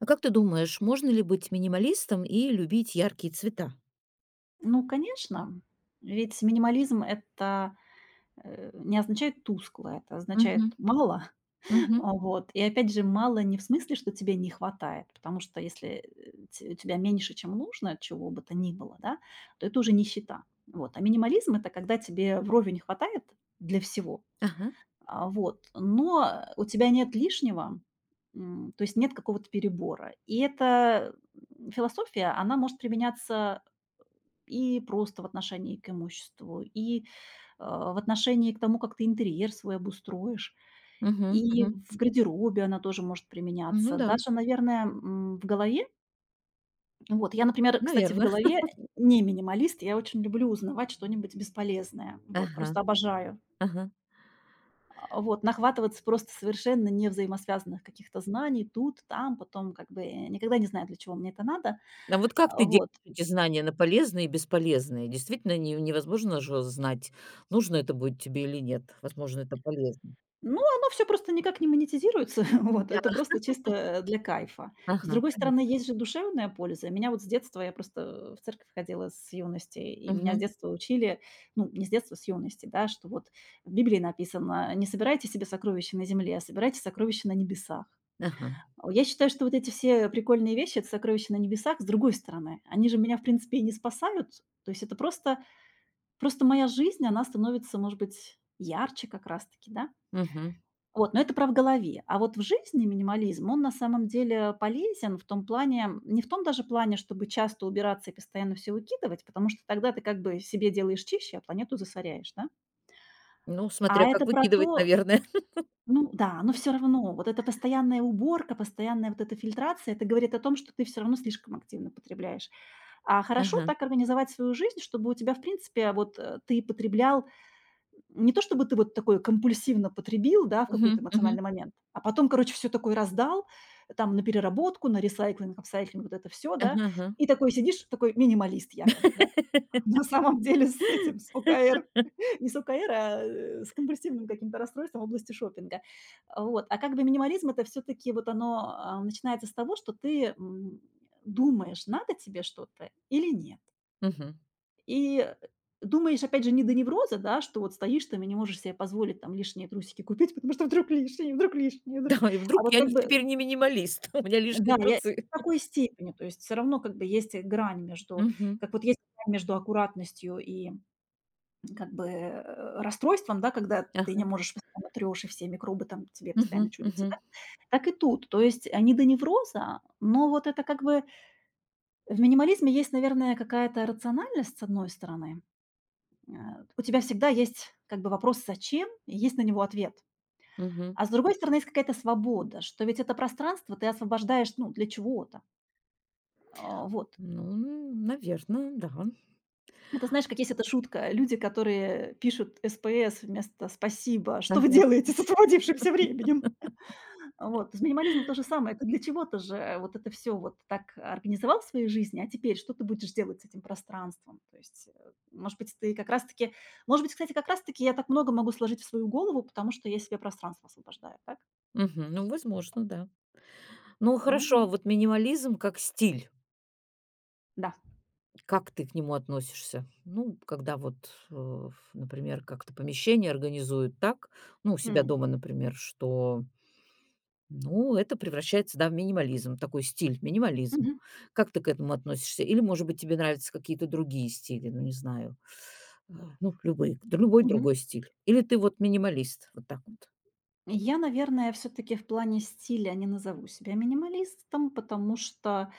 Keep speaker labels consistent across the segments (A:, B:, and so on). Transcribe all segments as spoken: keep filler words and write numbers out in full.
A: А как ты думаешь, можно ли быть минималистом и любить яркие цвета?
B: Ну, конечно, ведь минимализм- это, э, не означает тускло, это означает
A: Мгм.
B: мало.
A: Мгм.
B: Вот. И опять же, мало не в смысле, что тебе не хватает, потому что если, э, те у тебя меньше, чем нужно, чего бы то ни было, да, то это уже нищета. Вот. А минимализм- это когда тебе вровень хватает для всего,
A: Ага.
B: а, вот, но у тебя нет лишнего, м, то есть нет какого-то перебора. И эта, м, философия, она может применяться и просто в отношении к имуществу, и, э, в отношении к тому, как ты интерьер свой обустроишь.
A: Мгм.
B: И
A: Мгм.
B: в гардеробе она тоже может
A: Ну
B: применяться.
A: да,
B: Даже, наверное, м, в голове. Вот я, например, кстати, в
A: наверное.
B: голове не минималист. Я очень люблю узнавать что-нибудь бесполезное. Вот,
A: Ага.
B: просто обожаю.
A: Ага.
B: А, вот, нахватываться просто совершенно не взаимосвязанных каких-то знаний тут, там, потом как бы э, никогда не знаю, для чего мне это надо.
A: А вот как
B: А,
A: ты делишь
B: вот.
A: эти знания на полезные и бесполезные? Действительно, не невозможно же знать, нужно это будет тебе или нет. Возможно, это полезно.
B: Ну, оно все просто никак не монетизируется. Вот,
A: Да.
B: это просто чисто, э, для кайфа. С
A: Ага,
B: другой стороны,
A: понятно.
B: есть же душевная польза. Меня вот с детства, я просто в церковь ходила с юности, и меня с
A: Мгм.
B: детства учили, ну, не с детства, с юности, да, что вот в Библии написано: "Не собирайте себе сокровища на земле, а собирайте сокровища на небесах".
A: Ага.
B: О, я считаю, что вот эти все прикольные вещи- это сокровища на небесах. С другой стороны, они же меня, в принципе, и не спасают. То есть это просто просто моя жизнь, она становится, может быть, ярче как раз таки, да?
A: Мгм.
B: Вот, но это про в голове. А вот в жизни минимализм, он на самом деле полезен в том плане, не в том даже плане, чтобы часто убираться и постоянно все выкидывать, потому что тогда ты как бы себе делаешь чище, а планету засоряешь, да?
A: Ну,
B: А
A: смотря как
B: это про
A: выкидывать,
B: то,
A: наверное.
B: ну да, но все равно вот эта постоянная уборка, постоянная вот эта фильтрация, это говорит о том, что ты все равно слишком активно потребляешь. А хорошо
A: Ага.
B: так организовать свою жизнь, чтобы у тебя, в принципе, вот э, ты потреблял не то чтобы ты вот такое компульсивно потребил, да, в какой-то
A: Мгм.
B: эмоциональный
A: Мгм.
B: момент, а потом, короче, все такое раздал, там, на переработку, на ресайклинг, апсайклинг, вот это все, да.
A: Ага, ага.
B: И такой сидишь, такой минималист якобы, да. На самом деле с этим, с ОКР, не с ОКР, а, э, с компульсивным каким-то расстройством в области шопинга. Вот. А как бы минимализм- это все таки вот оно, а, начинается с того, что ты, м, думаешь, надо тебе что-то или нет.
A: Мгм.
B: И, э, думаешь, опять же, не до невроза, да, что вот стоишь там и не можешь себе позволить там лишние трусики купить, потому что вдруг лишние, вдруг лишние,
A: Да,
B: вдруг
A: и
B: А
A: вдруг
B: вот
A: я
B: как
A: не
B: бы,
A: теперь не минималист, у меня
B: да,
A: лишние
B: я
A: трусы.
B: в такой степени, то есть все равно как бы есть, э, грань между
A: Мгм.
B: как вот есть грань между аккуратностью и как бы, э, расстройством, да, когда ты не
A: Ага.
B: можешь, постоянно трешь и все микробы там тебе постоянно
A: Мгм.
B: чудятся, да.
A: Мгм.
B: Так и тут, то есть, э, не до невроза, но вот это как бы в минимализме есть, наверное, какая-то рациональность, с одной стороны. А, у тебя всегда есть как бы вопрос "зачем?" и есть на него ответ.
A: Мгм.
B: А с другой стороны, есть какая-то свобода, что ведь это пространство ты освобождаешь, ну, для чего-то. А, вот.
A: Ну, наверно, да.
B: Это знаешь, как есть эта шутка: люди, которые пишут "СПС" вместо "спасибо", что вы
A: Ага.
B: делаете с освободившимся временем? Вот, с минимализмом то же самое. Ты для чего ты же вот это все вот так организовал в своей жизни, а теперь что ты будешь делать с этим пространством? То есть, э, может быть, ты как раз таки может быть, кстати, как раз таки я так много могу сложить в свою голову, потому что я себе пространство освобождаю, так?
A: Мгм. Ну, возможно, да. Ну, хорошо, а
B: М,
A: вот минимализм как стиль,
B: да.
A: как ты к нему относишься? Ну, когда вот, э, например, как-то помещение организуют так, ну, у себя
B: М.
A: дома, например, что. Ну, это превращается, да, в минимализм, такой стиль, минимализм.
B: Мгм.
A: Как ты к этому относишься? Или, может быть, тебе нравятся какие-то другие стили, ну, не знаю, э, ну, любые, да любой
B: Мгм.
A: другой стиль. Или ты вот минималист, вот так вот.
B: Я, наверное, все таки в плане стиля не назову себя минималистом, потому что,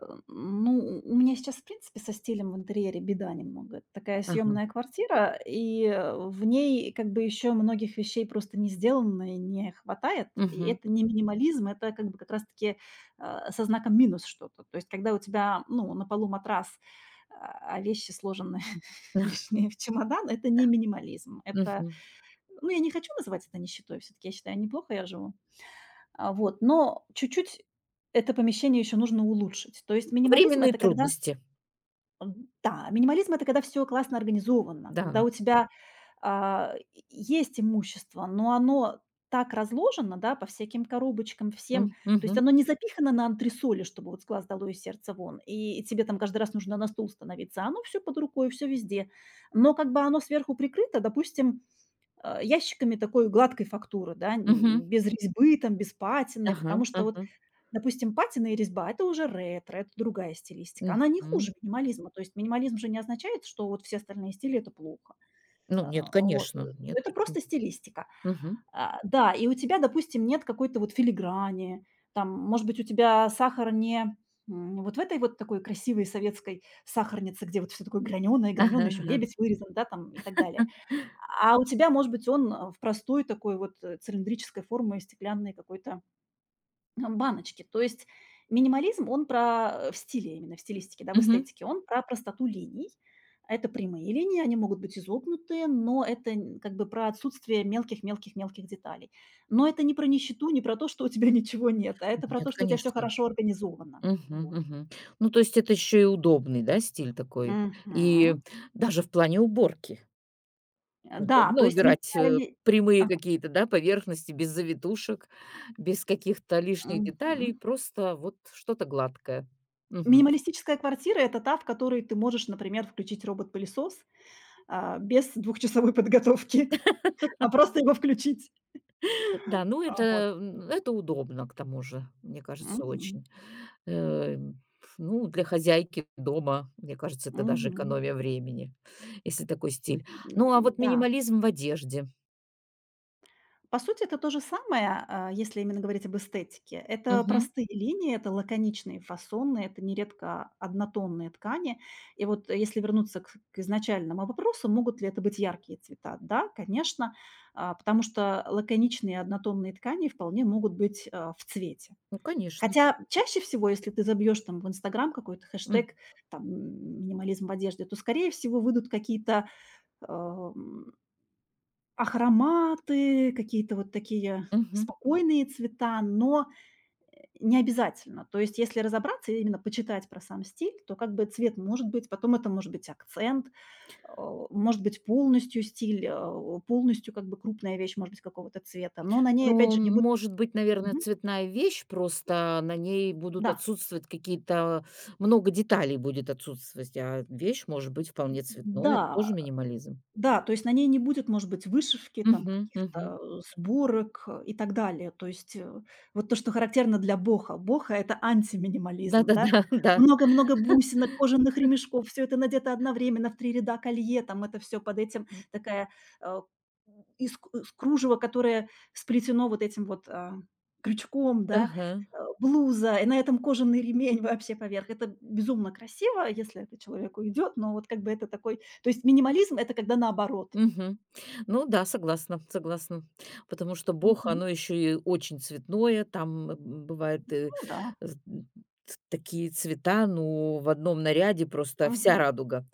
B: э, ну, у меня сейчас, в принципе, со стилем в интерьере беда немного. Это такая
A: Ага.
B: съемная квартира, и, э, в ней как бы еще многих вещей просто не сделано и не хватает. И
A: Мгм.
B: это не минимализм, это как бы как раз-таки, э, со знаком минус что-то. То есть когда у тебя, ну, на полу матрас, а а вещи сложены лишнее в чемодан, это не минимализм. Это
A: Мгм.
B: ну, я не хочу называть это нищетой, все таки я считаю, неплохо я живу. А, вот, но чуть-чуть это помещение еще нужно улучшить. То есть минимализм-
A: Временные
B: это когда
A: трудности,
B: м, да, минимализм- это когда все классно организовано, когда
A: да.
B: у тебя, а, и есть имущество, но оно так разложено, да, по всяким коробочкам, всем.
A: М,
B: То есть
A: мгм,
B: оно не запихано на антресоли, чтобы вот с глаз долой и сердце вон, и тебе там каждый раз нужно на стул становиться. а Оно все под рукой, все везде. Но как бы оно сверху прикрыто, допустим, э, ящиками такой гладкой фактуры, да, н
A: мгм.
B: без резьбы, там, без патины.
A: Ага,
B: Потому что вот,
A: ага.
B: допустим, патина и резьба- это уже ретро, это другая стилистика. Она не
A: Мгм.
B: хуже минимализма. То есть минимализм же не означает, что вот все остальные стили- это плохо.
A: Ну,
B: А,
A: нет,
B: вот, э,
A: конечно, нет,
B: это
A: почему?
B: просто стилистика.
A: Мгм.
B: А, да, и у тебя, допустим, нет какой-то вот филиграни, там, может быть, у тебя сахар не, м, вот в этой вот такой красивой советской сахарнице, где вот все такое граненое,
A: Ага,
B: граненое, еще
A: ага.
B: лебедь вырезан, да, там и так далее. А у тебя, может быть, он, э, в простой такой вот, э, цилиндрической формы стеклянной какой-то, м, баночке. То есть минимализм, он про, э, в стиле именно, в стилистике, да, в
A: Мгм.
B: эстетике, он про простоту линий. Это прямые линии, они могут быть изогнутые, но это н как бы про отсутствие мелких-мелких-мелких деталей. Но это не про нищету, не про то, что у тебя ничего нет, а это про
A: Нет,
B: то, что у тебя все
A: конечно.
B: хорошо организовано.
A: Мгм,
B: Вот.
A: мгм. Ну, то есть это еще и удобный, да, стиль такой. И
B: Мгм.
A: даже в плане уборки
B: Э, да,
A: удобно
B: то есть
A: убирать, э,
B: минимали
A: прямые
B: Ага.
A: какие-то, да, поверхности без завитушек, без каких-то лишних деталей,
B: Мгм.
A: просто вот что-то гладкое. Мгм.
B: Минималистическая квартира- это та, в которой ты можешь, например, включить робот-пылесос, а, без двухчасовой подготовки, а просто его включить.
A: Да, ну
B: А,
A: это,
B: вот.
A: м, это удобно к тому же, мне кажется,
B: Мгм.
A: очень. Э, ну, для хозяйки дома, мне кажется, это даже
B: Мгм.
A: экономия времени, если такой стиль.
B: М,
A: Ну, а вот
B: да.
A: минимализм в одежде.
B: По сути, это то же самое, а, если именно говорить об эстетике. Это
A: Мгм.
B: простые линии, это лаконичные фасоны, это нередко однотонные ткани. И вот э, если вернуться к к изначальному вопросу, могут ли это быть яркие цвета? Да, конечно, а, потому что лаконичные однотонные ткани вполне могут быть, а, в цвете.
A: Ну, конечно.
B: Хотя чаще всего, если ты забьешь там в "Инстаграм" какой-то
A: М,
B: хэштег, там, м, минимализм в одежде, то, скорее всего, выйдут какие-то, ам, ахроматы, какие-то вот такие
A: Мгм.
B: спокойные цвета, но, э, не обязательно. То есть, если разобраться и именно почитать про сам стиль, то как бы цвет может быть, потом это может быть акцент, а, может быть полностью стиль, а, полностью как бы крупная вещь может быть какого-то цвета, но на ней опять
A: Ну,
B: же не будет
A: может быть, наверное,
B: Мгм.
A: цветная вещь, просто на ней будут
B: Да.
A: отсутствовать какие-то много деталей будет отсутствовать, а вещь может быть вполне цветной. Это
B: да.
A: тоже минимализм.
B: Да, то есть на ней не будет, может быть, вышивки, там
A: Мгм, мгм.
B: каких-то э, сборок э, и так далее. То есть э, вот то, что характерно для боха. Боха– это антиминимализм, да?
A: Да-да-да, да.
B: Много-много бусинок, кожаных ремешков, все это надето одновременно в три ряда колье, там это все под этим такая э, из, к- из кружева, которое сплетено вот этим вот а, крючком, да,
A: Ага.
B: э, блуза, и на этом кожаный ремень вообще поверх. Это безумно красиво, если это человеку идет, но вот как бы это такой то есть минимализм- это когда наоборот.
A: Мгм. Ну да, согласна, согласна. Потому что Бог,
B: Мгм.
A: оно еще и очень цветное. Там, э, м, бывает, э,
B: Ну да.
A: з м, т такие цвета, ну, в одном наряде просто вся
B: Мгм.
A: радуга.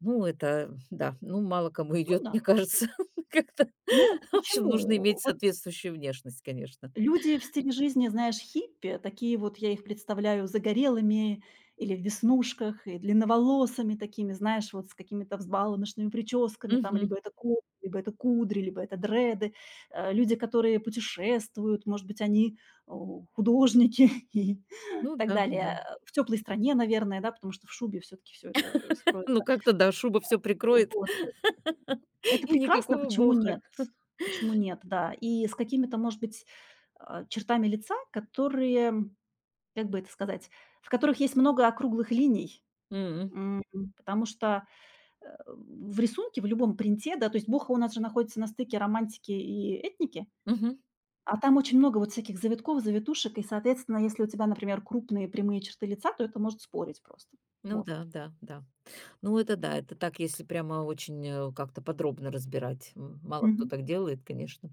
A: Ну, это да, ну, мало кому
B: Ну
A: идет,
B: да.
A: мне кажется. Как-то,
B: Ну,
A: в общем, нужно
B: почему?
A: иметь
B: Вот
A: соответствующую внешность, конечно.
B: люди в стиле жизни, знаешь, хиппи, такие вот, я их представляю загорелыми или в веснушках, и длинноволосыми такими, знаешь, вот с какими-то взбаламошными прическами, там
A: Мгм.
B: либо это ко либо это кудри, либо это дреды. Э, люди, которые путешествуют, может быть, они, о, художники и
A: Ну
B: так
A: да,
B: далее.
A: да.
B: Э, в теплой стране, наверное, да, потому что в шубе все таки все это
A: Ну,
B: скроется.
A: как-то да, шуба все прикроет,
B: Вот. Это
A: и
B: прекрасно,
A: никакого
B: почему
A: боха.
B: нет? Почему нет, да. И с какими-то, может быть, а, чертами лица, которые, как бы это сказать, в которых есть много округлых линий.
A: М.
B: М, потому что, э, в рисунке, в любом принте, да, то есть Боха у нас же находится на стыке романтики и этники,
A: Мгм.
B: а там очень много вот всяких завитков, завитушек, и, соответственно, если у тебя, например, крупные прямые черты лица, то это может спорить просто.
A: Ну
B: Вот.
A: да, да, да. Ну, это да, это так, если прямо очень, э, как-то подробно разбирать. М, мало кто
B: Мгм.
A: так делает, конечно.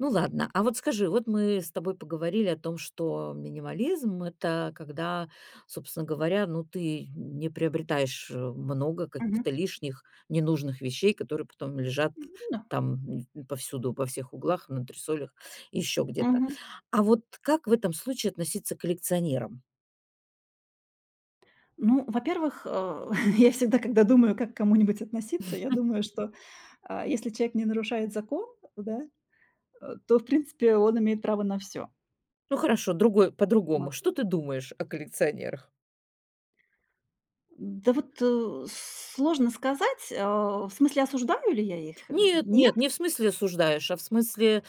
A: Ну, ладно, а вот скажи, вот мы с тобой поговорили о том, что минимализм — это когда, собственно говоря, ну, ты не приобретаешь, э, много
B: Мгм.
A: каких-то лишних, ненужных вещей, которые потом лежат
B: М, да.
A: там, м, повсюду, во всех углах, на антресолях еще где-то.
B: Мгм.
A: А вот как в этом случае относиться к коллекционерам?
B: Ну, во-первых, э, я всегда, когда думаю, как к кому-нибудь относиться, я думаю, что, а, если человек не нарушает закон, да, э, то, в принципе, он имеет право на все.
A: Ну, хорошо, другой
B: Вот.
A: по-другому. Что ты думаешь о коллекционерах?
B: Да вот, э, сложно сказать, э, в смысле, осуждаю ли я их? Э,
A: Нет, нет,
B: нет.
A: не в смысле осуждаешь, а в смысле,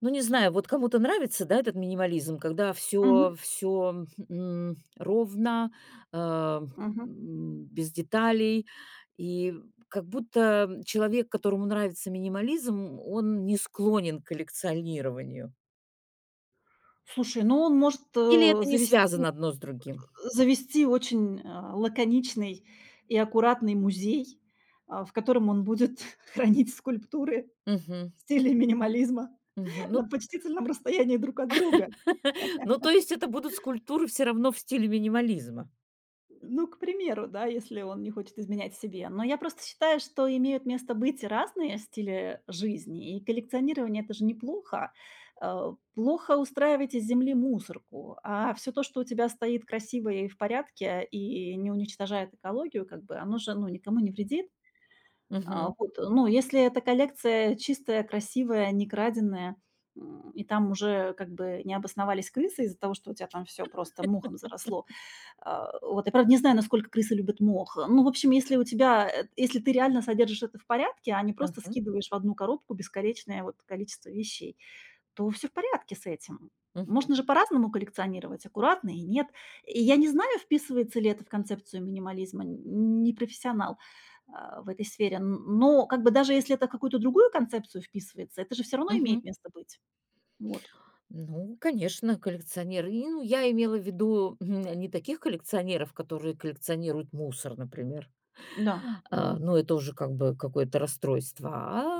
A: ну, не знаю, вот кому-то нравится, да, этот минимализм, когда
B: Мгм,
A: все все ровно, а,
B: мгм.
A: м, без деталей. И как будто человек, которому нравится минимализм, он не склонен к коллекционированию.
B: Слушай, ну, он может,
A: Или
B: э,
A: это не
B: завести
A: связано одно с другим?
B: завести очень, э, лаконичный и аккуратный музей, а, в котором он будет хранить скульптуры
A: Мгм,
B: в стиле минимализма.
A: мгм.
B: На
A: Ну
B: почтительном расстоянии друг от друга.
A: ну, то есть это будут скульптуры все равно в стиле минимализма.
B: Ну, к примеру, да, если он не хочет изменять себе. Но я просто считаю, что имеют место быть разные стили жизни, и коллекционирование- это же неплохо. Э, плохо устраивать из земли мусорку, а все то, что у тебя стоит красиво и в порядке, и не уничтожает экологию, как бы, оно же, ну, никому не вредит. А,
A: Мгм,
B: вот, ну, если эта коллекция чистая, красивая, некраденая, м, и там уже как бы не обосновались крысы из-за того, что у тебя там все просто мохом заросло. А, вот, я, правда, не знаю, насколько крысы любят мох. Ну, в общем, если у тебя, э, если ты реально содержишь это в порядке, а не просто
A: мгм,
B: скидываешь в одну коробку бесконечное вот количество вещей, то все в порядке с этим.
A: мгм,
B: Можно же по-разному коллекционировать, аккуратно и нет. И я не знаю, вписывается ли это в концепцию минимализма, н не профессионал, а, в этой сфере. Н но как бы даже если это в какую-то другую концепцию вписывается, это же все равно
A: мгм.
B: имеет место быть. Вот.
A: Ну, конечно, коллекционеры. И, ну, я имела в виду м, не таких коллекционеров, которые коллекционируют мусор, например.
B: Да.
A: А, ну, это уже как бы какое-то расстройство.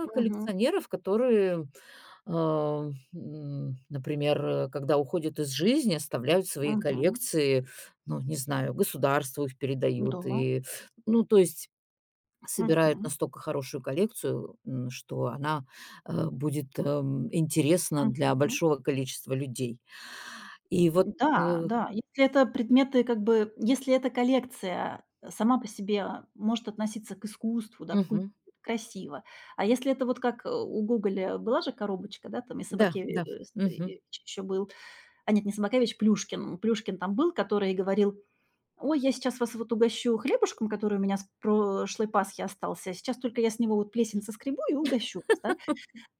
A: А
B: Мгм.
A: коллекционеров, которые, а, м, например, э, когда уходят из жизни, оставляют свои
B: Мгм.
A: коллекции, ну, не знаю, государству их передают.
B: Да.
A: И, ну, то есть собирает
B: Мгм.
A: настолько хорошую коллекцию, м, что она, э, будет, эм, интересна для
B: Мгм.
A: большого количества людей. И вот.
B: Да,
A: э
B: да, если это предметы, как бы, если эта коллекция э, сама по себе может относиться к искусству, да, к культуре,
A: Мгм.
B: красиво. А если это вот как, э, у Гоголя была же коробочка, да, там и
A: Да,
B: Собакевич
A: да. Мгм.
B: еще был, а нет, не Собакевич, Плюшкин. Плюшкин там был, который говорил: "Ой, я сейчас вас вот угощу хлебушком, который у меня с прошлой Пасхи остался, а сейчас только я с него вот плесень соскребу и угощу вас", да.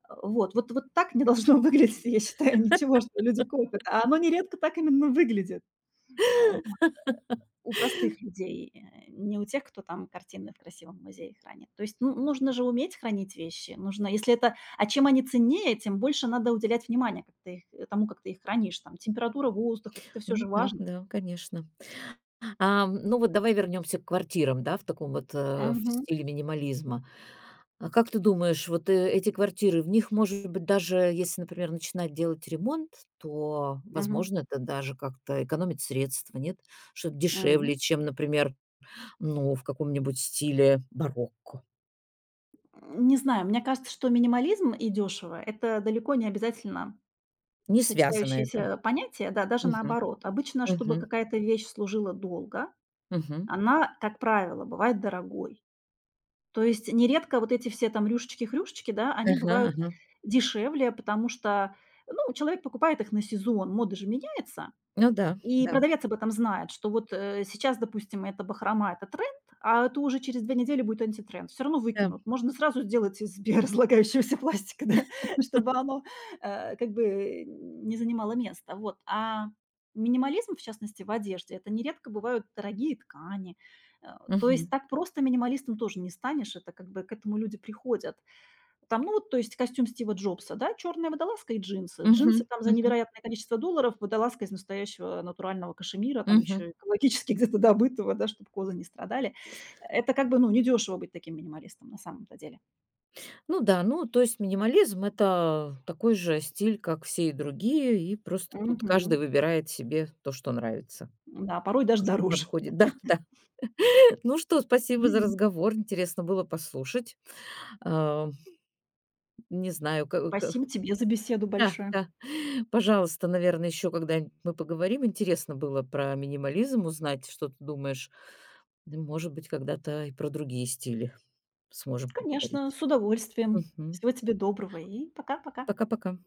B: Э, Вот вот вот так не должно выглядеть, я считаю, ничего, что люди копят, а оно нередко так именно выглядит. А, вот. У простых людей, э, не у тех, кто там картины в красивом музее хранит. То есть, ну, нужно же уметь хранить вещи. Нужно, если это, а чем они ценнее, тем больше надо уделять внимания, как ты их, э, тому, как ты их хранишь. Там температура, воздух, вот это все
A: Ну
B: же
A: да,
B: важно.
A: да, конечно. Ам, ну вот давай вернемся к квартирам, да, в таком вот, э, в
B: Мгм,
A: стиле минимализма. А как ты думаешь, вот, э, эти квартиры, в них, может быть, даже если, например, начинать делать ремонт, то,
B: мгм,
A: возможно, это даже как-то экономит средства, нет? Что это дешевле,
B: мгм.
A: чем, например. Ну, в каком-нибудь стиле барокко.
B: М, не знаю, мне кажется, что минимализм и дешево- это далеко не обязательно
A: Не связано это.
B: сочетающиеся понятия. Да, даже
A: Мгм.
B: наоборот. Обычно, чтобы
A: Мгм.
B: какая-то вещь служила долго,
A: Мгм.
B: она, как правило, бывает дорогой. То есть нередко вот эти все там рюшечки-хрюшечки, да, они
A: Ага,
B: бывают
A: ага.
B: дешевле, потому что, ну, человек покупает их на сезон, мода же меняется.
A: Ну да,
B: И
A: да,
B: продавец об этом знает, что вот, э, сейчас, допустим, это бахрома- это тренд, а это уже через две недели будет антитренд. Все равно
A: да.
B: выкинут. Можно сразу сделать из биоразлагающегося пластика, да, чтобы оно, э, как бы не занимало места. Вот. А минимализм, в частности, в одежде- это нередко бывают дорогие ткани. Э, то есть
A: Мгм.
B: так просто минималистом тоже не станешь. Это как бы к этому люди приходят. Там, ну, вот, то есть костюм Стива Джобса, да, черная водолазка и джинсы. Джинсы
A: Мгм.
B: там за
A: Мгм.
B: невероятное количество долларов, водолазка из настоящего натурального кашемира, там
A: Мгм.
B: еще экологически где-то добытого, да, чтобы козы не страдали. Это как бы, ну, недешево быть таким минималистом на самом-то деле.
A: Ну да, ну, то есть минимализм — это такой же стиль, как все и другие, и просто тут
B: Мгм.
A: каждый выбирает себе то, что нравится,
B: Да, порой даже
A: то, что
B: дороже.
A: подходит. Да, да. Ну что, спасибо за
B: Мгм.
A: разговор, интересно было послушать. А, не знаю, как.
B: Спасибо тебе за беседу
A: Да,
B: большое.
A: да. Пожалуйста, наверное, еще когда-нибудь мы поговорим. Интересно было про минимализм узнать, что ты думаешь. Да. Может быть, когда-то и про другие стили сможем
B: Конечно,
A: поговорить.
B: с удовольствием.
A: Мгм.
B: Всего тебе доброго и пока-пока.
A: Пока-пока.